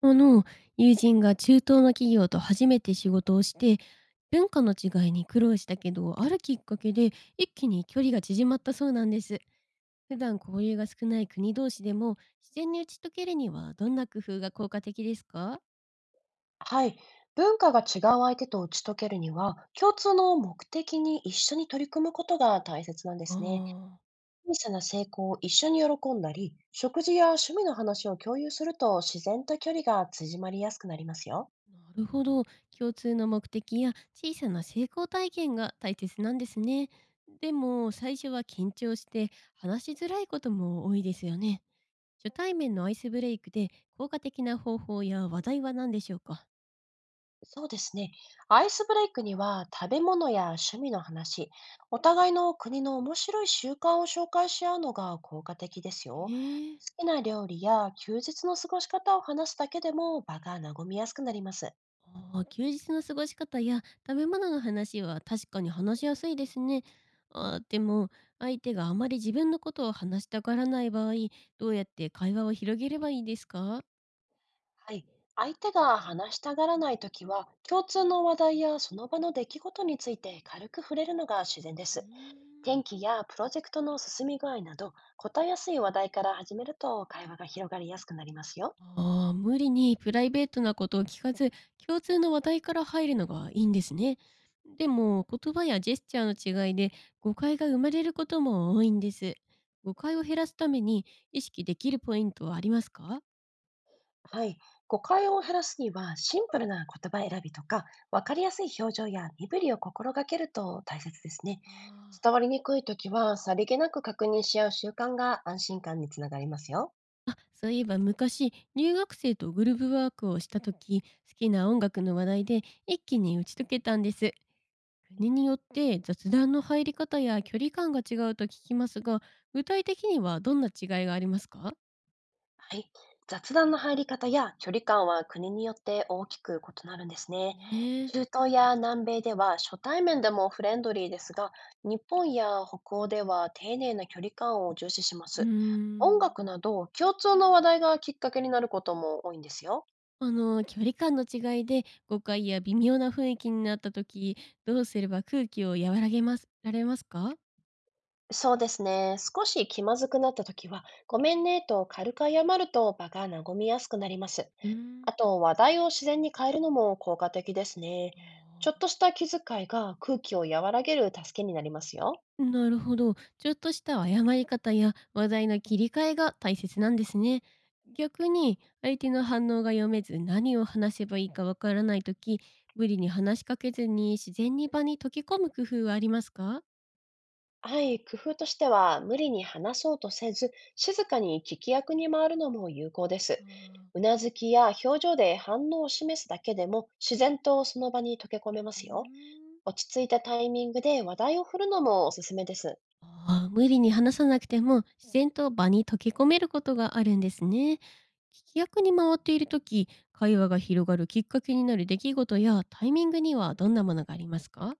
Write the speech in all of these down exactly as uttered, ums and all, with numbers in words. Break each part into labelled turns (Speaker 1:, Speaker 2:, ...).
Speaker 1: あの、友人が中東の企業と初めて仕事をして、文化の違いに苦労したけど、あるきっかけで一気に距離が縮まったそうなんです。普段交流が少ない国同士でも自然に打ち解けるにはどんな工夫が効果的ですか？
Speaker 2: はい。文化が違う相手と打ち解けるには、共通の目的に一緒に取り組むことが大切なんですね。
Speaker 1: ああ、
Speaker 2: 小さな成功を一緒に喜んだり、食事や趣味の話を共有すると自然と距離が縮まりやすくなりますよ。
Speaker 1: なるほど。共通の目的や小さな成功体験が大切なんですね。でも最初は緊張して話しづらいことも多いですよね。初対面のアイスブレイクで効果的な方法や話題は何でしょうか？
Speaker 2: そうですね。アイスブレイクには食べ物や趣味の話、お互いの国の面白い習慣を紹介し合うのが効果的ですよ。
Speaker 1: ええ、
Speaker 2: 好きな料理や休日の過ごし方を話すだけでも場が和みやすくなります。
Speaker 1: ああ、休日の過ごし方や食べ物の話は確かに話しやすいですね。ああ、でも相手があまり自分のことを話したがらない場合、どうやって会話を広げればいいですか？
Speaker 2: はい。相手が話したがらないときは、共通の話題やその場の出来事について軽く触れるのが自然で
Speaker 1: うー
Speaker 2: す。
Speaker 1: ん、
Speaker 2: 天気やプロジェクトの進み具合など、答えやすい話題から始めると会話が広がりやすくなりますよ。
Speaker 1: ああ、無理にプライベートなことを聞かず、共通の話題から入るのがいいんですね。でも、言葉やジェスチャーの違いで誤解が生まれることも多いんです。誤解を減らすために意識できるポイントはありますか？
Speaker 2: はい。誤解を減らすには、シンプルな言葉選びとか、わかりやすい表情や身振りを心がけると大切ですね。
Speaker 1: あ
Speaker 2: 伝わりにくいときは、さりげなく確認し合う習慣が安心感につながりますよ。
Speaker 1: ー、あ、そういえば昔、留学生とグループワークをした時、好きな音楽の話題で一気に打ち解けたんです。国によって雑談の入り方や距離感が違うと聞きますが、具体的にはどんな違いがありますか？
Speaker 2: はい。雑談の入り方や距離感は国によって大きく異なるんですね。
Speaker 1: ねえ、
Speaker 2: 中東や南米では初対面でもフレンドリーですが、日本や北欧では丁寧な距離感を重視しま
Speaker 1: うー
Speaker 2: す。音
Speaker 1: ん。
Speaker 2: 楽など共通の話題がきっかけになることも多いんですよ。
Speaker 1: あの、距離感の違いで誤解や微妙な雰囲気になった時、どうすれば空気を和らげますられますか？
Speaker 2: そうですね。少し気まずくなった時は、ごめんねと軽く謝ると場が和みやすくなります。
Speaker 1: うーん。
Speaker 2: あと、話題を自然に変えるのも効果的ですね。ちょっ
Speaker 1: あ
Speaker 2: とした気遣いが空気を和らげる助けになりますよ。
Speaker 1: ー、なるほど。ちょっとした謝り方や話題の切り替えが大切なんですね。逆に相手の反応が読めず、何を話せばいいかわからない時、無理に話しかけずに自然に場に溶け込む工夫はありますか？
Speaker 2: はい、工夫としては、無理に話そうとせず、静かに聞き役に回るのも有効です。う
Speaker 1: あ
Speaker 2: なずきや表情で反応を示すだけでも、自然とその場に溶け込めま
Speaker 1: ー、うー
Speaker 2: すよ。
Speaker 1: ん。
Speaker 2: 落ち着いたタイミングで話題を振るのもおすすめです。
Speaker 1: ああ、無理に話さなくても自然と場に溶け込めることがあるんですね。聞き役に回っている時、会話が広がるきっかけになる出来事やタイミングにはどんなものがありますか？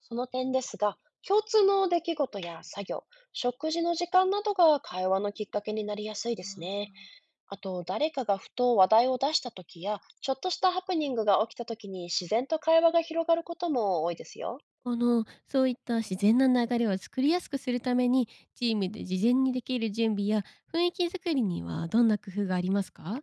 Speaker 2: その点ですが、共通の出来事や作業、食事の時間などが会話のきっかけになりやすいで
Speaker 1: あ
Speaker 2: すね。
Speaker 1: ー、
Speaker 2: あと、誰かがふと話題を出した時や、ちょっとしたハプニングが起きた時に自然と会話が広がることも多いですよ。
Speaker 1: あのそういった自然な流れを作りやすくするためにチームで事前にできる準備や雰囲気作りにはどんな工夫がありますか？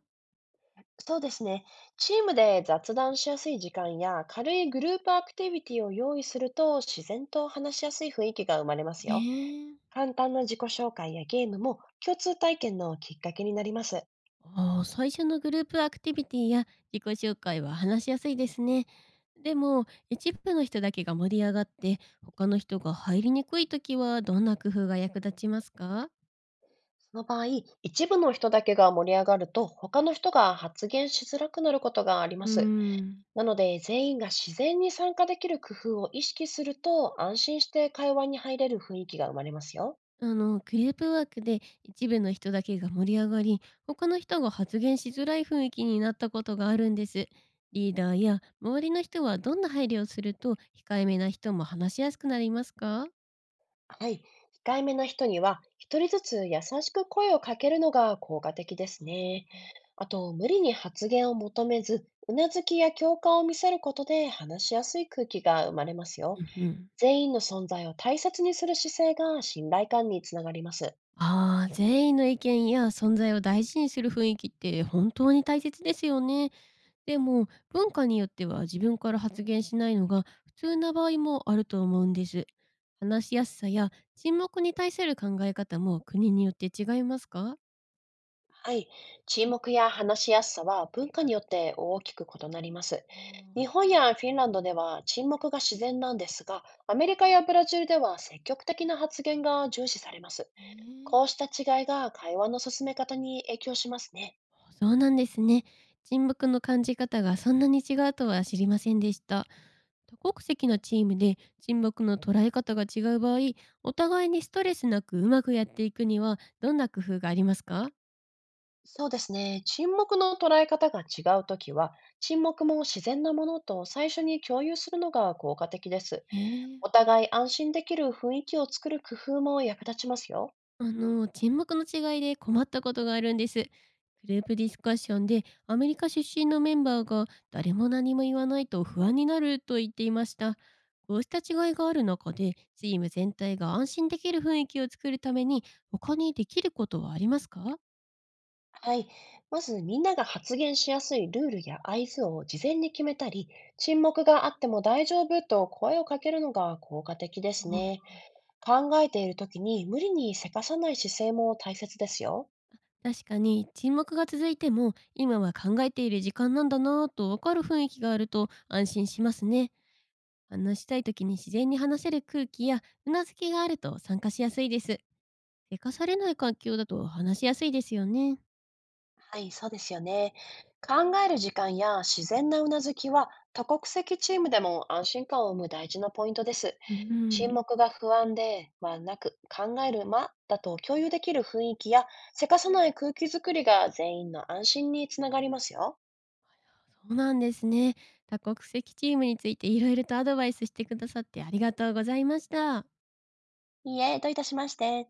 Speaker 2: そうですね。チームで雑談しやすい時間や軽いグループアクティビティを用意すると自然と話しやすい雰囲気が生まれます
Speaker 1: へ
Speaker 2: よ。
Speaker 1: え、
Speaker 2: 簡単な自己紹介やゲームも共通体験のきっかけになります。
Speaker 1: ああ、最初のグループアクティビティや自己紹介は話しやすいですね。でも、一部の人だけが盛り上がって、他の人が入りにくい時はどんな工夫が役立ちますか？
Speaker 2: その場合、一部の人だけが盛り上がると他の人が発言しづらくなることがありま
Speaker 1: うー
Speaker 2: す。
Speaker 1: ん、
Speaker 2: なので、全員が自然に参加できる工夫を意識すると、安心して会話に入れる雰囲気が生まれますよ。
Speaker 1: あの、グループワークで一部の人だけが盛り上がり、他の人が発言しづらい雰囲気になったことがあるんです。リーダーや周りの人はどんな配慮をすると控えめな人も話しやすくなりますか？
Speaker 2: はい。控えめな人には、ひとりずつ優しく声をかけるのが効果的です
Speaker 1: あ
Speaker 2: ね。
Speaker 1: ー、
Speaker 2: あと、無理に発言を求めず、うなずきや共感を見せることで話しやすい空気が生まれますよ。
Speaker 1: うんうん、
Speaker 2: 全員の存在を大切にする姿勢が信頼感につながります。
Speaker 1: ああ、全員の意見や存在を大事にする雰囲気って本当に大切ですよね。でも文化によっては自分から発言しないのが普通な場合もあると思うんです。話しやすさや沈黙に対する考え方も国によって違いますか？
Speaker 2: はい。沈黙や話しやすさは文化によって大きく異なります。
Speaker 1: あ
Speaker 2: 日
Speaker 1: ー、
Speaker 2: 本やフィンランドでは沈黙が自然なんですが、アメリカやブラジルでは積極的な発言が重視されます。
Speaker 1: えー、
Speaker 2: こうした違いが会話の進め方に影響しますね。
Speaker 1: そうなんですね。沈黙の感じ方がそんなに違うとは知りませんでした。多国籍のチームで沈黙の捉え方が違う場合、お互いにストレスなくうまくやっていくにはどんな工夫がありますか？
Speaker 2: そうですね。沈黙の捉え方が違うときは、沈黙も自然なものと最初に共有するのが効果的です。
Speaker 1: へえ、
Speaker 2: お互い安心できる雰囲気を作る工夫も役立ちますよ。
Speaker 1: あの、沈黙の違いで困ったことがあるんです。グループディスカッションでアメリカ出身のメンバーが誰も何も言わないと不安になると言っていました。こうした違いがある中でチーム全体が安心できる雰囲気を作るために他にできることはありますか？
Speaker 2: はい。まず、みんなが発言しやすいルールや合図を事前に決めたり、沈黙があっても大丈夫と声をかけるのが効果的ですね。
Speaker 1: あ、
Speaker 2: 考えているときに無理にせかさない姿勢も大切ですよ。
Speaker 1: 確かに沈黙が続いても今は考えている時間なんだなぁとわかる雰囲気があると安心しますね。話したい時に自然に話せる空気やうなずきがあると参加しやすいです。生かされない環境だと話しやすいですよね。
Speaker 2: はい、そうですよね。考える時間や自然なうなずきは多国籍チームでも安心感を生む大事なポイントです。
Speaker 1: うん、
Speaker 2: 沈黙が不安ではなく考える間だと共有できる雰囲気やせかさない空気づくりが全員の安心につながりますよ。
Speaker 1: そうなんですね。多国籍チームについていろいろとアドバイスしてくださってありがとうございました。
Speaker 2: いいえ、どういたしまして。